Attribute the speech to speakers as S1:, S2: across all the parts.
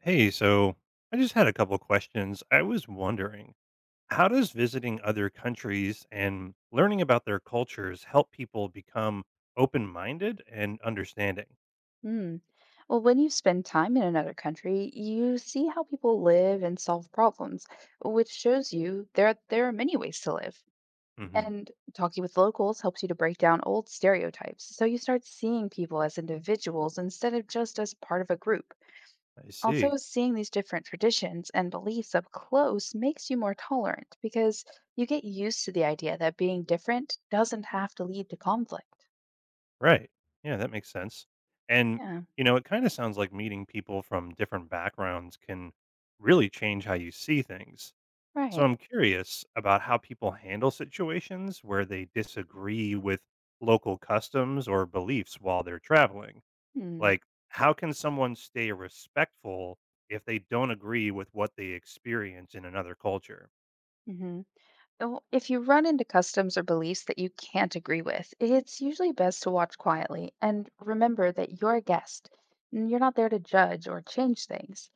S1: Hey, so I just had a couple questions. I was wondering, how does visiting other countries and learning about their cultures help people become open minded and understanding?
S2: Mm. Well, when you spend time in another country, you see how people live and solve problems, which shows you there are many ways to live.
S1: Hmm.
S2: And talking with locals helps you to break down old stereotypes, so you start seeing people as individuals instead of just as part of a group.
S1: I see.
S2: Also, seeing these different traditions and beliefs up close makes you more tolerant because you get used to the idea that being different doesn't have to lead to conflict.
S1: Right. Yeah, that makes sense. And,
S2: Yeah,
S1: it kind of sounds like meeting people from different backgrounds can really change how you see things. So
S2: right.
S1: I'm curious about how people handle situations where they disagree with local customs or beliefs while they're traveling.
S2: Hmm.
S1: Like, how can someone stay respectful if they don't agree with what they experience in another culture?
S2: hmm Well, if you run into customs or beliefs that you can't agree with, it's usually best to watch quietly and remember that you're a guest. And you're not there to judge or change things.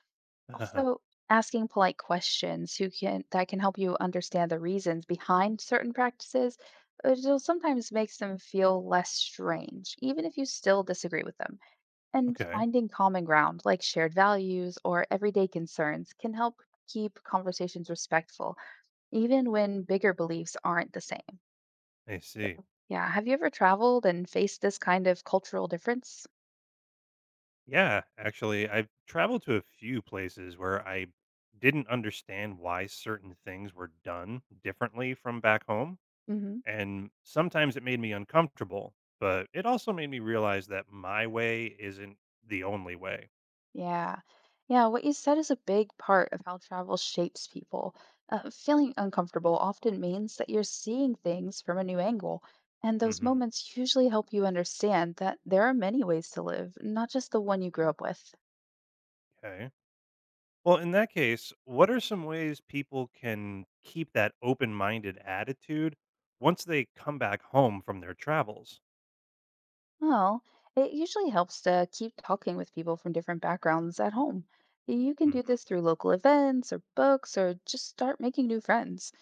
S1: Uh,
S2: Also, asking polite questions who can that can help you understand the reasons behind certain practices, which will sometimes makes them feel less strange, even if you still disagree with them. And
S1: okay,
S2: finding common ground, like shared values or everyday concerns, can help keep conversations respectful even when bigger beliefs aren't the same.
S1: I see.
S2: Yeah. Have you ever traveled and faced this kind of cultural difference?
S1: Yeah, actually, I've traveled to a few places where I didn't understand why certain things were done differently from back home.
S2: Hmm.
S1: And sometimes it made me uncomfortable, but it also made me realize that my way isn't the only way.
S2: Yeah. Yeah. What you said is a big part of how travel shapes people. Feeling uncomfortable often means that you're seeing things from a new angle. And those
S1: Hmm.
S2: moments usually help you understand that there are many ways to live, not just the one you grew up with.
S1: Okay. Well, in that case, what are some ways people can keep that open minded attitude once they come back home from their travels?
S2: Well, it usually helps to keep talking with people from different backgrounds at home. You can do
S1: Hmm.
S2: this through local events or books or just start making new friends.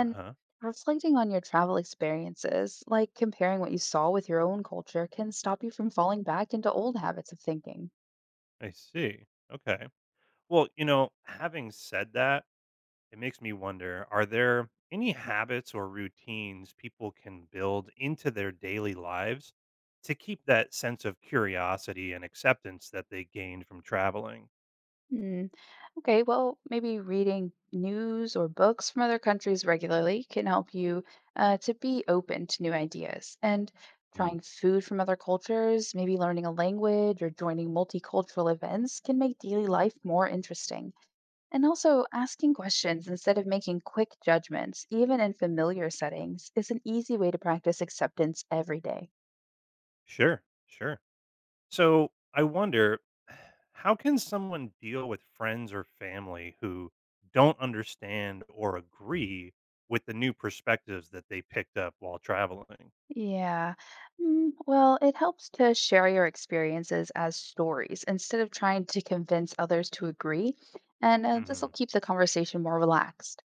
S1: Uh huh.
S2: reflecting on your travel experiences, like comparing what you saw with your own culture, can stop you from falling back into old habits of thinking.
S1: I see. Okay. Well, having said that, it makes me wonder, are there any habits or routines people can build into their daily lives to keep that sense of curiosity and acceptance that they gained from traveling?
S2: Okay, well, maybe reading news or books from other countries regularly can help you to be open to new ideas. And
S1: Mm.
S2: trying food from other cultures, maybe learning a language or joining multicultural events can make daily life more interesting. And also, asking questions instead of making quick judgments, even in familiar settings, is an easy way to practice acceptance every day.
S1: Sure. Sure. So I wonder, how can someone deal with friends or family who don't understand or agree with the new perspectives that they picked up while traveling?
S2: Yeah. Well, it helps to share your experiences as stories instead of trying to convince others to agree, and this will
S1: Hmm.
S2: keep the conversation more relaxed.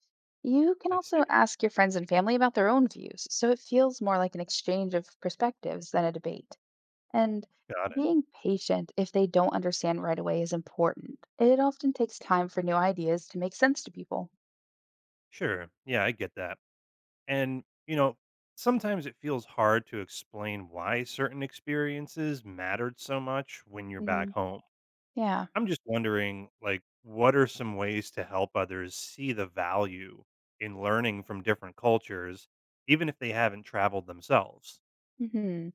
S2: You can
S1: I
S2: also
S1: see.
S2: ask your friends and family about their own views, so it feels more like an exchange of perspectives than a debate. And
S1: Got it.
S2: being patient if they don't understand right away is important. It often takes time for new ideas to make sense to people.
S1: Sure. Yeah, I get that. And, sometimes it feels hard to explain why certain experiences mattered so much when you're back
S2: Hmm.
S1: home.
S2: Yeah.
S1: I'm just wondering, like, what are some ways to help others see the value in learning from different cultures, even if they haven't traveled themselves?
S2: hmm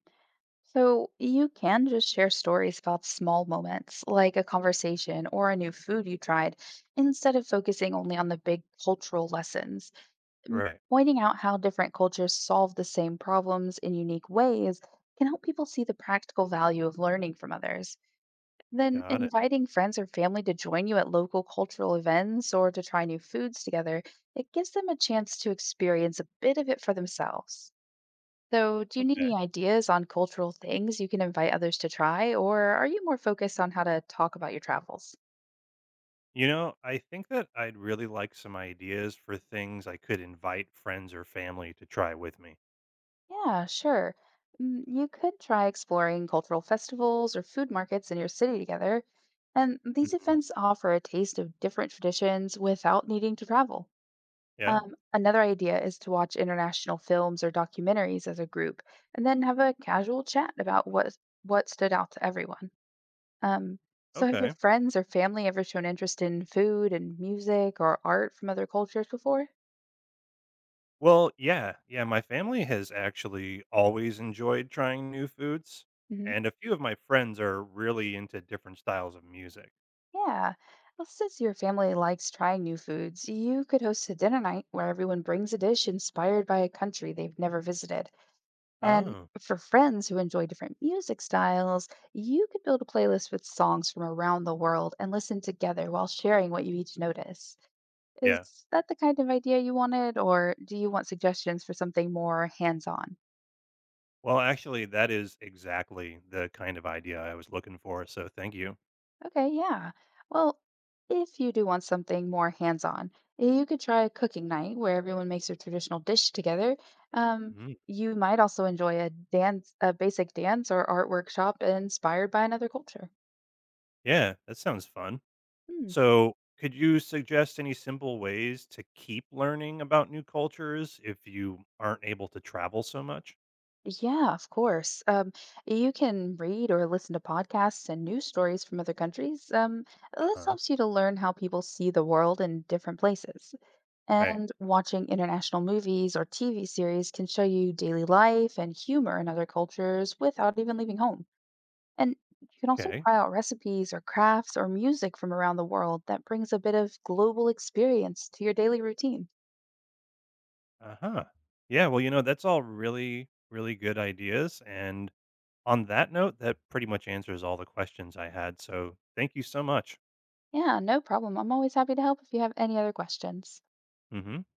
S2: So you can just share stories about small moments, like a conversation or a new food you tried, instead of focusing only on the big cultural lessons. M-
S1: Right.
S2: Pointing out how different cultures solve the same problems in unique ways can help people see the practical value of learning from others. Then
S1: Got it.
S2: inviting friends or family to join you at local cultural events or to try new foods together, it gives them a chance to experience a bit of it for themselves. So, do you need
S1: Okay.
S2: any ideas on cultural things you can invite others to try, or are you more focused on how to talk about your travels?
S1: I think that I'd really like some ideas for things I could invite friends or family to try with me.
S2: Yeah, sure. You could try exploring cultural festivals or food markets in your city together, and these
S1: Mhm.
S2: events offer a taste of different traditions without needing to travel.
S1: Yeah.
S2: Another idea is to watch international films or documentaries as a group, and then have a casual chat about what stood out to everyone. Um, so have your
S1: Okay.
S2: friends or family ever shown interest in food and music or art from other cultures before?
S1: Well, yeah. Yeah. My family has actually always enjoyed trying new foods.
S2: Hmm.
S1: And a few of my friends are really into different styles of music.
S2: Yeah. Well, since your family likes trying new foods, you could host a dinner night where everyone brings a dish inspired by a country they've never visited. And
S1: Oh.
S2: for friends who enjoy different music styles, you could build a playlist with songs from around the world and listen together while sharing what you each notice.
S1: Yeah.
S2: Is that the kind of idea you wanted, or do you want suggestions for something more hands on?
S1: Well, actually, that is exactly the kind of idea I was looking for, so thank you.
S2: Okay, yeah. Well, if you do want something more hands-on, you could try a cooking night where everyone makes a traditional dish together. Um.
S1: Mhm.
S2: You might also enjoy a dance, a basic dance or art workshop inspired by another culture.
S1: Yeah, that sounds fun.
S2: Hmm.
S1: So, could you suggest any simple ways to keep learning about new cultures if you aren't able to travel so much?
S2: Yeah, of course. You can read or listen to podcasts and news stories from other countries. This
S1: Uh-huh.
S2: helps you to learn how people see the world in different places.
S1: Right.
S2: And watching international movies or TV series can show you daily life and humor in other cultures without even leaving home. And you can also
S1: Okay.
S2: try out recipes or crafts or music from around the world that brings a bit of global experience to your daily routine.
S1: Uh-huh. Yeah, well, that's all really, really good ideas. And on that note, that pretty much answers all the questions I had. So thank you so much.
S2: Yeah, no problem. I'm always happy to help if you have any other questions.
S1: Mm hmm.